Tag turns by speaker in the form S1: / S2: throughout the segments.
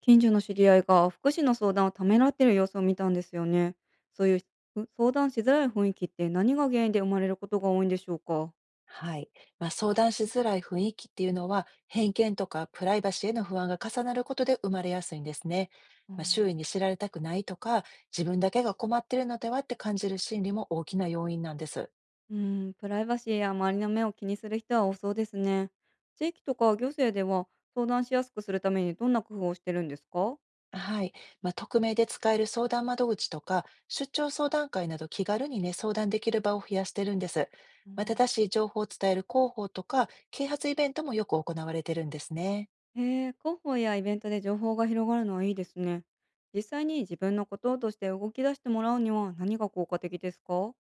S1: 近所の知り合いが福祉の相談をためらっている様子を見たんですよね。そういう相談しづらい雰囲気って何が原因で生まれることが多いんでしょうか。
S2: はい。相談しづらい雰囲気っていうのは、偏見とかプライバシーへの不安が重なることで生まれやすいんですね。
S1: う
S2: 周囲
S1: ん
S2: に知られたくないとか、自分だけが困ってるのではって感じる心理も大きな要因なんです。
S1: うん、プライバシーや周りの目を気にする人は多そうですね。地域とか行政では相談しやすくするためにどんな工夫をしてるんですか？
S2: はい。匿名で使える相談窓口とか、出張相談会など気軽にね、相談できる場を増やしてるんです。
S1: うん。
S2: 正しい情報を伝える広報とか、啓発イベントもよく行われてるんですね。
S1: へえ、広報やイベントで情報が広がるのはいいですね。実際に自分のこととして動き出してもらうには何が効果的ですか？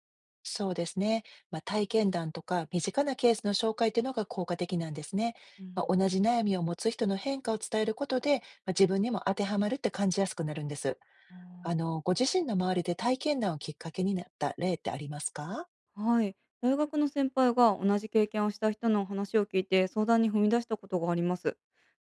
S2: そうですね。体験談とか身近なケースの紹介というのが効果的なんですね。
S1: うん。
S2: 同じ悩みを持つ人の変化を伝えることで、自分にも当てはまるって感じやすくなるんです。ご自身の周りで体験談をきっかけになった例ってありますか？
S1: はい。大学の先輩が同じ経験をした人の話を聞いて相談に踏み出したことがあります。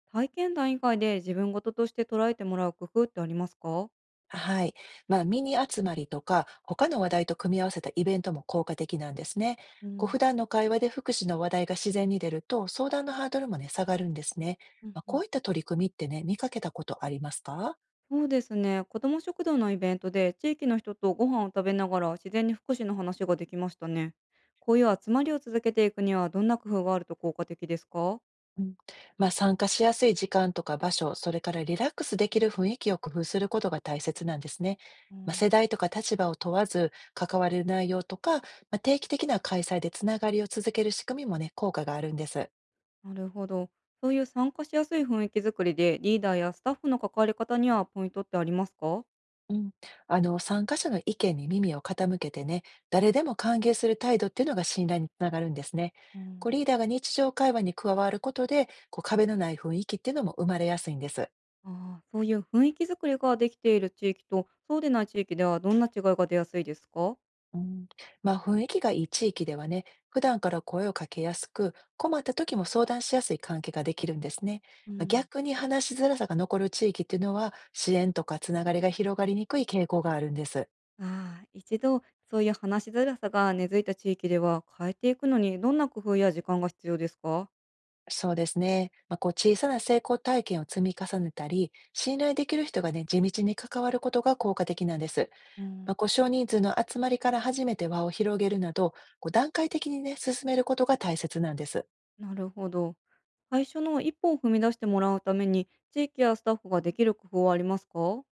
S1: 体験談以外で自分事として捉えてもらう工夫ってありますか？
S2: はい。ミニ集まりとか、他の話題と組み合わせたイベントも効果的なんですね。
S1: うん、
S2: 普段の会話で福祉の話題が自然に出ると、相談のハードルもね、下がるんですね。
S1: うんう
S2: こ
S1: ん、
S2: ういった取り組みってね、見かけたことありますか？
S1: そうですね。子ども食堂のイベントで地域の人とご飯を食べながら自然に福祉の話ができましたね。こういう集まりを続けていくにはどんな工夫があると効果的ですか？
S2: うん、参加しやすい時間とか場所、それからリラックスできる雰囲気を工夫することが大切なんですね。
S1: うん。
S2: 世代とか立場を問わず関われる内容とか、定期的な開催でつながりを続ける仕組みもね、効果があるんです。
S1: なるほど。そういう参加しやすい雰囲気づくりでリーダーやスタッフの関わり方にはポイントってありますか？
S2: うん、参加者の意見に耳を傾けてね、誰でも歓迎する態度っていうのが信頼につながるんですね。
S1: うん。
S2: リーダーが日常会話に加わることで、壁のない雰囲気っていうのも生まれやすいんです。
S1: ああ、そういう雰囲気づくりができている地域と、そうでない地域ではどんな違いが出やすいですか？
S2: うん、雰囲気がいい地域ではね、普段から声をかけやすく、困った時も相談しやすい関係ができるんですね。
S1: うん、
S2: 逆に話しづらさが残る地域っていうのは、支援とかつながりが広がりにくい傾向があるんです。
S1: ああ、一度そういう話しづらさが根付いた地域では変えていくのにどんな工夫や時間が必要ですか？
S2: そうですね。小さな成功体験を積み重ねたり、信頼できる人がね、地道に関わることが効果的なんです。
S1: うん、
S2: 少人数の集まりから初めて輪を広げるなど、段階的にね、進めることが大切なんです。
S1: なるほど。最初の一歩を踏み出してもらうために、地域やスタッフができる工夫はありますか？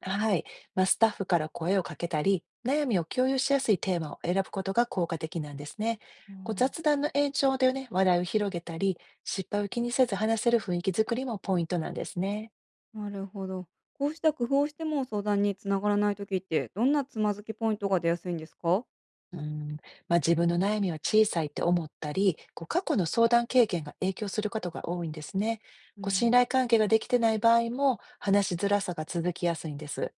S2: はい。スタッフから声をかけたり、悩みを共有しやすいテーマを選ぶことが効果的なんですね。
S1: うん。
S2: 雑談の延長でね、話題を広げたり、失敗を気にせず話せる雰囲気づくりもポイントなんですね。
S1: なるほど。こうした工夫をしても相談につながらない時って、どんなつまずきポイントが出やすいんですか？
S2: うん。自分の悩みは小さいって思ったり、過去の相談経験が影響することが多いんですね。
S1: う
S2: 信
S1: ん。
S2: 頼関係ができてない場合も、話しづらさが続きやすいんです。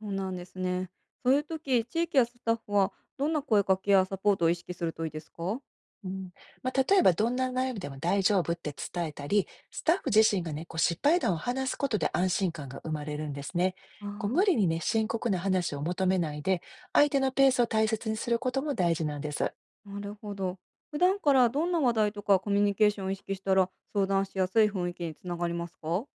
S1: そうなんですね。そういう時、地域やスタッフはどんな声かけやサポートを意識するといいですか？
S2: うん、例えばどんな悩みでも大丈夫って伝えたり、スタッフ自身がね、失敗談を話すことで安心感が生まれるんですね。無
S1: あ
S2: 理にね、深刻な話を求めないで、相手のペースを大切にすることも大事なんです。
S1: あ、なるほど。普段からどんな話題とかコミュニケーションを意識したら相談しやすい雰囲気につながりますか？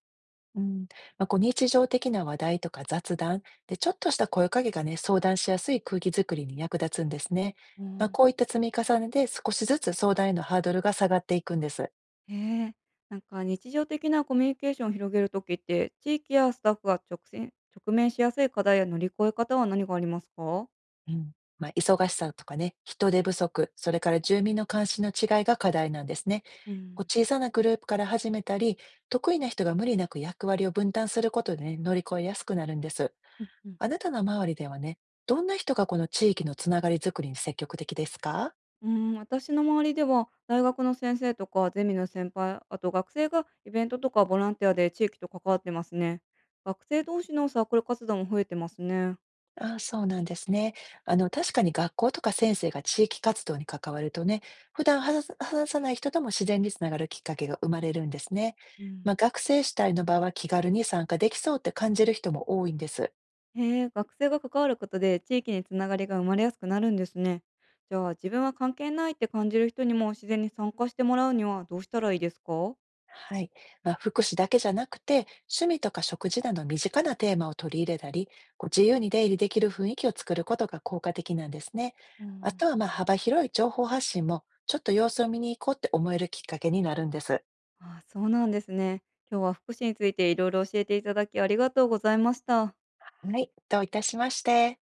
S2: うん。日常的な話題とか雑談、で、ちょっとした声かけがね、相談しやすい空気づくりに役立つんですね。
S1: うん、
S2: こういった積み重ねで少しずつ相談へのハードルが下がっていくんです。
S1: へえ。なんか日常的なコミュニケーションを広げる時って、地域やスタッフが直面しやすい課題や乗り越え方は何がありますか？
S2: うん。忙しさとかね、人手不足、それから住民の関心の違いが課題なんですね。
S1: うん、
S2: 小さなグループから始めたり、得意な人が無理なく役割を分担することでね、乗り越えやすくなるんです。
S1: うんうん
S2: あなたの周りではね、どんな人がこの地域のつながりづくりに積極的ですか？
S1: うん、私の周りでは大学の先生とかゼミの先輩、あと学生がイベントとかボランティアで地域と関わってますね。学生同士のサークル活動も増えてますね。
S2: ああ、そうなんですね。あの、確かに学校とか先生が地域活動に関わるとね、普段話さない人とも自然につながるきっかけが生まれるんですね。
S1: うん、
S2: 学生主体の場は気軽に参加できそうって感じる人も多いんです。
S1: へえ、学生が関わることで地域につながりが生まれやすくなるんですね。じゃあ自分は関係ないって感じる人にも自然に参加してもらうにはどうしたらいいですか？
S2: はい。福祉だけじゃなくて、趣味とか食事など身近なテーマを取り入れたり、自由に出入りできる雰囲気を作ることが効果的なんですね。
S1: う
S2: あ
S1: ん。
S2: とは、幅広い情報発信も、ちょっと様子を見に行こうって思えるきっかけになるんです。
S1: あ、そうなんですね。今日は福祉についていろいろ教えていただきありがとうございました。
S2: はい、どういたしまして。